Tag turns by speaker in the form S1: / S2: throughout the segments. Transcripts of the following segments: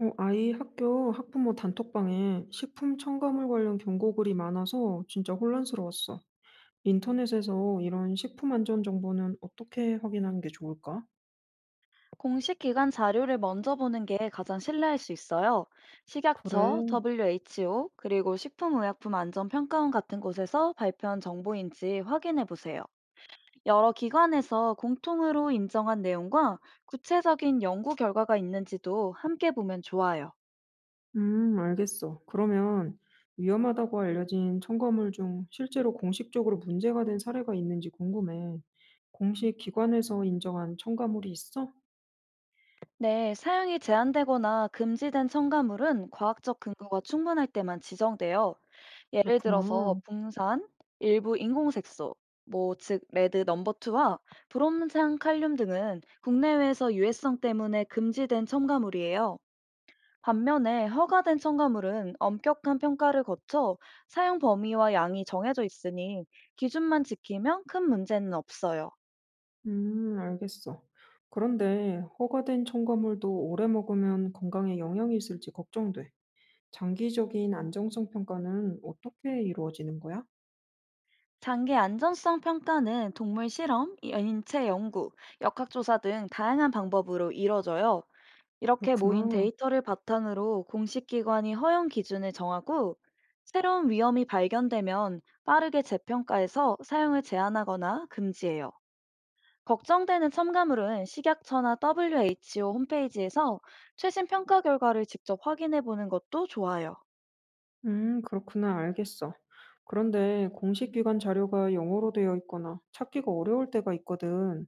S1: 아이 학교 학부모 단톡방에 식품 첨가물 관련 경고글이 많아서 진짜 혼란스러웠어. 인터넷에서 이런 식품 안전 정보는 어떻게 확인하는 게 좋을까?
S2: 공식 기관 자료를 먼저 보는 게 가장 신뢰할 수 있어요. 식약처,
S1: 그래.
S2: WHO, 그리고 식품의약품안전평가원 같은 곳에서 발표한 정보인지 확인해 보세요. 여러 기관에서 공통으로 인정한 내용과 구체적인 연구 결과가 있는지도 함께 보면 좋아요.
S1: 알겠어. 그러면 위험하다고 알려진 첨가물 중 실제로 공식적으로 문제가 된 사례가 있는지 궁금해. 공식 기관에서 인정한 첨가물이 있어?
S2: 네, 사용이 제한되거나 금지된 첨가물은 과학적 근거가 충분할 때만 지정돼요. 예를 들어서
S1: 그렇구나.
S2: 붕산, 일부 인공색소, 즉 레드 넘버 투와 브롬산 칼륨 등은 국내외에서 유해성 때문에 금지된 첨가물이에요. 반면에 허가된 첨가물은 엄격한 평가를 거쳐 사용 범위와 양이 정해져 있으니 기준만 지키면 큰 문제는 없어요.
S1: 알겠어. 그런데 허가된 첨가물도 오래 먹으면 건강에 영향이 있을지 걱정돼. 장기적인 안정성 평가는 어떻게 이루어지는 거야?
S2: 장기 안전성 평가는 동물 실험, 인체 연구, 역학조사 등 다양한 방법으로 이뤄져요. 이렇게 모인
S1: 그렇구나.
S2: 데이터를 바탕으로 공식 기관이 허용 기준을 정하고 새로운 위험이 발견되면 빠르게 재평가해서 사용을 제한하거나 금지해요. 걱정되는 첨가물은 식약처나 WHO 홈페이지에서 최신 평가 결과를 직접 확인해 보는 것도 좋아요.
S1: 그렇구나. 알겠어. 그런데 공식 기관 자료가 영어로 되어 있거나 찾기가 어려울 때가 있거든.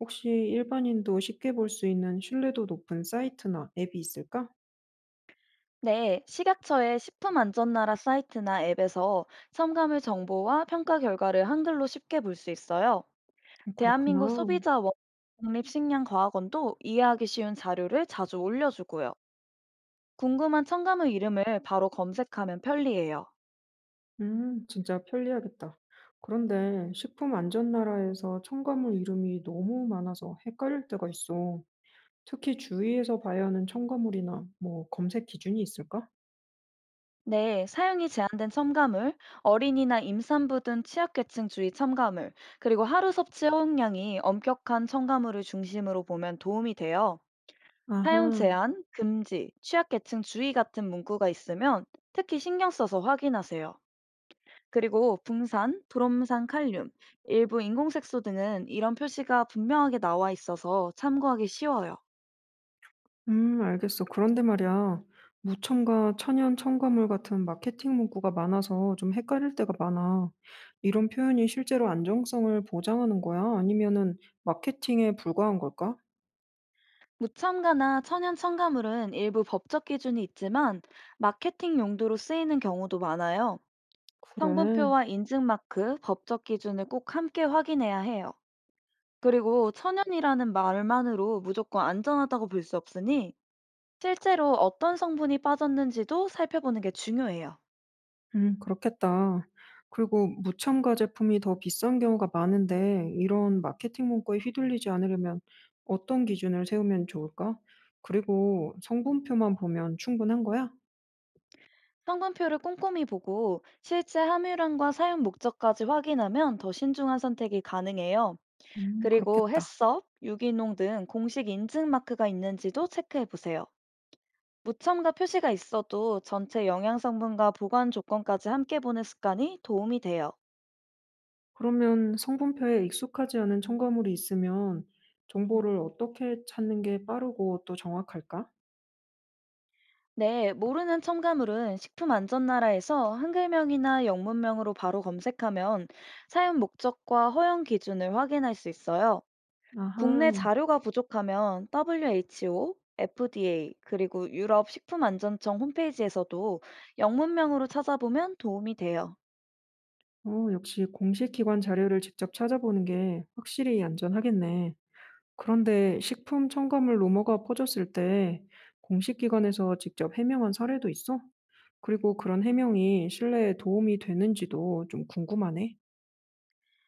S1: 혹시 일반인도 쉽게 볼 수 있는 신뢰도 높은 사이트나 앱이 있을까?
S2: 네, 식약처의 식품안전나라 사이트나 앱에서 첨가물 정보와 평가 결과를 한글로 쉽게 볼 수 있어요. 대한민국
S1: 그렇구나.
S2: 소비자 원 국립식량과학원도 이해하기 쉬운 자료를 자주 올려주고요. 궁금한 첨가물 이름을 바로 검색하면 편리해요.
S1: 진짜 편리하겠다. 그런데 식품 안전 나라에서 첨가물 이름이 너무 많아서 헷갈릴 때가 있어. 특히 주위에서 봐야 하는 첨가물이나 뭐 검색 기준이 있을까?
S2: 네, 사용이 제한된 첨가물, 어린이나 임산부 등 취약계층 주의 첨가물, 그리고 하루 섭취 허용량이 엄격한 첨가물을 중심으로 보면 도움이 돼요. 사용
S1: 아하,
S2: 제한, 금지, 취약계층 주의 같은 문구가 있으면 특히 신경 써서 확인하세요. 그리고 붕산, 브롬산 칼륨, 일부 인공색소 등은 이런 표시가 분명하게 나와 있어서 참고하기 쉬워요.
S1: 알겠어. 그런데 말이야, 무첨가, 천연 첨가물 같은 마케팅 문구가 많아서 좀 헷갈릴 때가 많아. 이런 표현이 실제로 안정성을 보장하는 거야? 아니면은 마케팅에 불과한 걸까?
S2: 무첨가나 천연 첨가물은 일부 법적 기준이 있지만 마케팅 용도로 쓰이는 경우도 많아요.
S1: 그래.
S2: 성분표와 인증 마크, 법적 기준을 꼭 함께 확인해야 해요. 그리고 천연이라는 말만으로 무조건 안전하다고 볼 수 없으니 실제로 어떤 성분이 빠졌는지도 살펴보는 게 중요해요.
S1: 그렇겠다. 그리고 무첨가 제품이 더 비싼 경우가 많은데 이런 마케팅 문구에 휘둘리지 않으려면 어떤 기준을 세우면 좋을까? 그리고 성분표만 보면 충분한 거야?
S2: 성분표를 꼼꼼히 보고 실제 함유량과 사용 목적까지 확인하면 더 신중한 선택이 가능해요. 그리고
S1: 그렇겠다.
S2: 햇섭, 유기농 등 공식 인증 마크가 있는지도 체크해 보세요. 무첨가 표시가 있어도 전체 영양 성분과 보관 조건까지 함께 보는 습관이 도움이 돼요.
S1: 그러면 성분표에 익숙하지 않은 첨가물이 있으면 정보를 어떻게 찾는 게 빠르고 또 정확할까?
S2: 네, 모르는 첨가물은 식품안전나라에서 한글명이나 영문명으로 바로 검색하면 사용 목적과 허용 기준을 확인할 수 있어요.
S1: 아하,
S2: 국내 자료가 부족하면 WHO, FDA, 그리고 유럽 식품안전청 홈페이지에서도 영문명으로 찾아보면 도움이 돼요.
S1: 역시 공식 기관 자료를 직접 찾아보는 게 확실히 안전하겠네. 그런데 식품 첨가물 루머가 퍼졌을 때 공식 기관에서 직접 해명한 사례도 있어? 그리고 그런 해명이 신뢰에 도움이 되는지도 좀 궁금하네.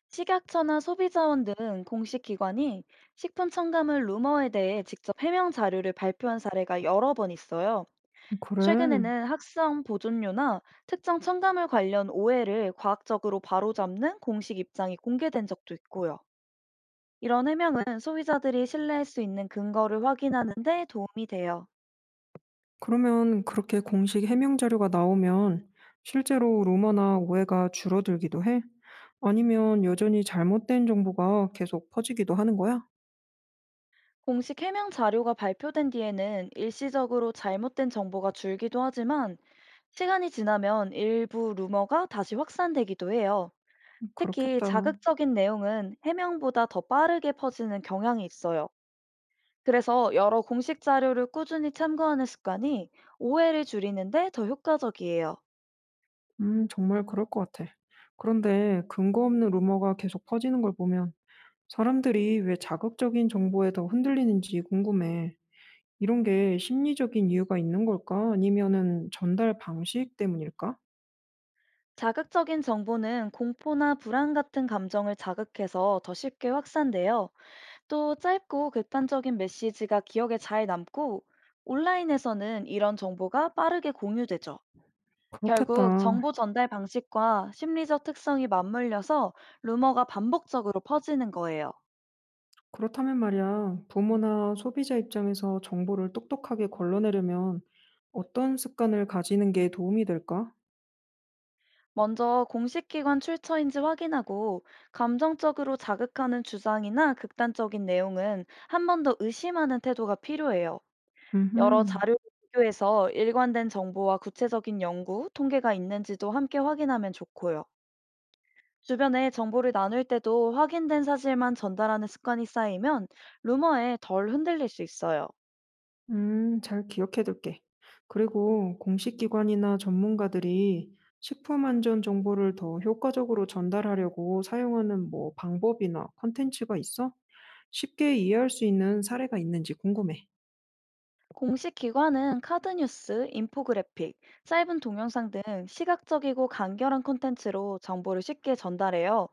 S2: 식약처나 소비자원 등 공식 기관이 식품 첨가물 루머에 대해 직접 해명 자료를 발표한 사례가 여러 번 있어요.
S1: 그래.
S2: 최근에는 학성 보존료나 특정 첨가물 관련 오해를 과학적으로 바로잡는 공식 입장이 공개된 적도 있고요. 이런 해명은 소비자들이 신뢰할 수 있는 근거를 확인하는 데 도움이 돼요.
S1: 그러면 그렇게 공식 해명 자료가 나오면 실제로 루머나 오해가 줄어들기도 해? 아니면 여전히 잘못된 정보가 계속 퍼지기도 하는 거야?
S2: 공식 해명 자료가 발표된 뒤에는 일시적으로 잘못된 정보가 줄기도 하지만 시간이 지나면 일부 루머가 다시 확산되기도 해요. 특히
S1: 그렇겠다.
S2: 자극적인 내용은 해명보다 더 빠르게 퍼지는 경향이 있어요. 그래서 여러 공식 자료를 꾸준히 참고하는 습관이 오해를 줄이는데 더 효과적이에요.
S1: 정말 그럴 것 같아. 그런데 근거 없는 루머가 계속 퍼지는 걸 보면 사람들이 왜 자극적인 정보에 더 흔들리는지 궁금해. 이런 게 심리적인 이유가 있는 걸까? 아니면은 전달 방식 때문일까?
S2: 자극적인 정보는 공포나 불안 같은 감정을 자극해서 더 쉽게 확산돼요. 또 짧고 극단적인 메시지가 기억에 잘 남고 온라인에서는 이런 정보가 빠르게 공유되죠. 결국
S1: 그렇겠다.
S2: 정보 전달 방식과 심리적 특성이 맞물려서 루머가 반복적으로 퍼지는 거예요.
S1: 그렇다면 말이야, 부모나 소비자 입장에서 정보를 똑똑하게 걸러내려면 어떤 습관을 가지는 게 도움이 될까?
S2: 먼저 공식 기관 출처인지 확인하고 감정적으로 자극하는 주장이나 극단적인 내용은 한 번 더 의심하는 태도가 필요해요. 여러
S1: 음,
S2: 자료를 비교해서 일관된 정보와 구체적인 연구, 통계가 있는지도 함께 확인하면 좋고요. 주변에 정보를 나눌 때도 확인된 사실만 전달하는 습관이 쌓이면 루머에 덜 흔들릴 수 있어요.
S1: 잘 기억해둘게. 그리고 공식 기관이나 전문가들이 식품 안전 정보를 더 효과적으로 전달하려고 사용하는 뭐 방법이나 컨텐츠가 있어? 쉽게 이해할 수 있는 사례가 있는지 궁금해.
S2: 공식 기관은 카드뉴스, 인포그래픽, 짧은 동영상 등 시각적이고 간결한 콘텐츠로 정보를 쉽게 전달해요.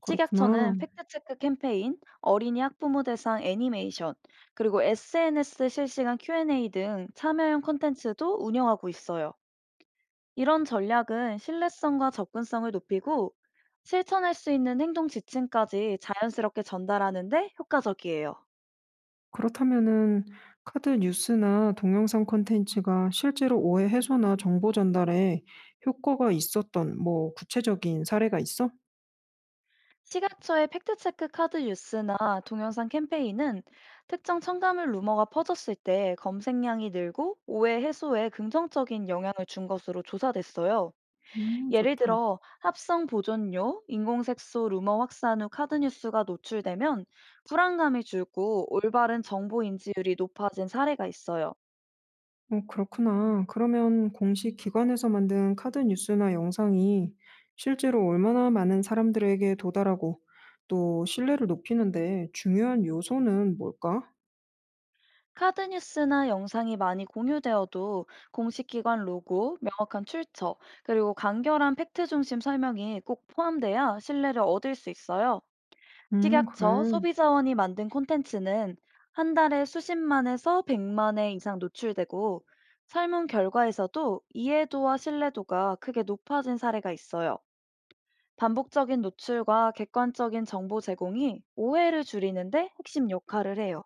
S2: 식약처는
S1: 그렇구나.
S2: 팩트체크 캠페인, 어린이 학부모 대상 애니메이션, 그리고 SNS 실시간 Q&A 등 참여형 콘텐츠도 운영하고 있어요. 이런 전략은 신뢰성과 접근성을 높이고 실천할 수 있는 행동 지침까지 자연스럽게 전달하는데 효과적이에요.
S1: 그렇다면은 카드 뉴스나 동영상 콘텐츠가 실제로 오해 해소나 정보 전달에 효과가 있었던 뭐 구체적인 사례가 있어?
S2: 시각처의 팩트체크 카드 뉴스나 동영상 캠페인은 특정 첨가물 루머가 퍼졌을 때 검색량이 늘고 오해 해소에 긍정적인 영향을 준 것으로 조사됐어요. 예를
S1: 좋다.
S2: 들어 합성 보존료, 인공색소 루머 확산 후 카드 뉴스가 노출되면 불안감이 줄고 올바른 정보 인지율이 높아진 사례가 있어요.
S1: 그렇구나. 그러면 공식 기관에서 만든 카드 뉴스나 영상이 실제로 얼마나 많은 사람들에게 도달하고 또 신뢰를 높이는데 중요한 요소는 뭘까?
S2: 카드 뉴스나 영상이 많이 공유되어도 공식 기관 로고, 명확한 출처, 그리고 간결한 팩트 중심 설명이 꼭 포함돼야 신뢰를 얻을 수 있어요. 식약처
S1: 그래.
S2: 소비자원이 만든 콘텐츠는 한 달에 수십만에서 100만 회 이상 노출되고 설문 결과에서도 이해도와 신뢰도가 크게 높아진 사례가 있어요. 반복적인 노출과 객관적인 정보 제공이 오해를 줄이는데 핵심 역할을 해요.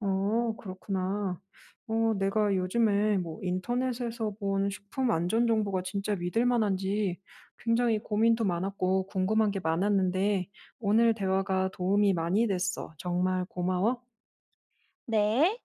S1: 그렇구나. 내가 요즘에 뭐 인터넷에서 본 식품 안전 정보가 진짜 믿을 만한지 굉장히 고민도 많았고 궁금한 게 많았는데 오늘 대화가 도움이 많이 됐어. 정말 고마워.
S2: 네.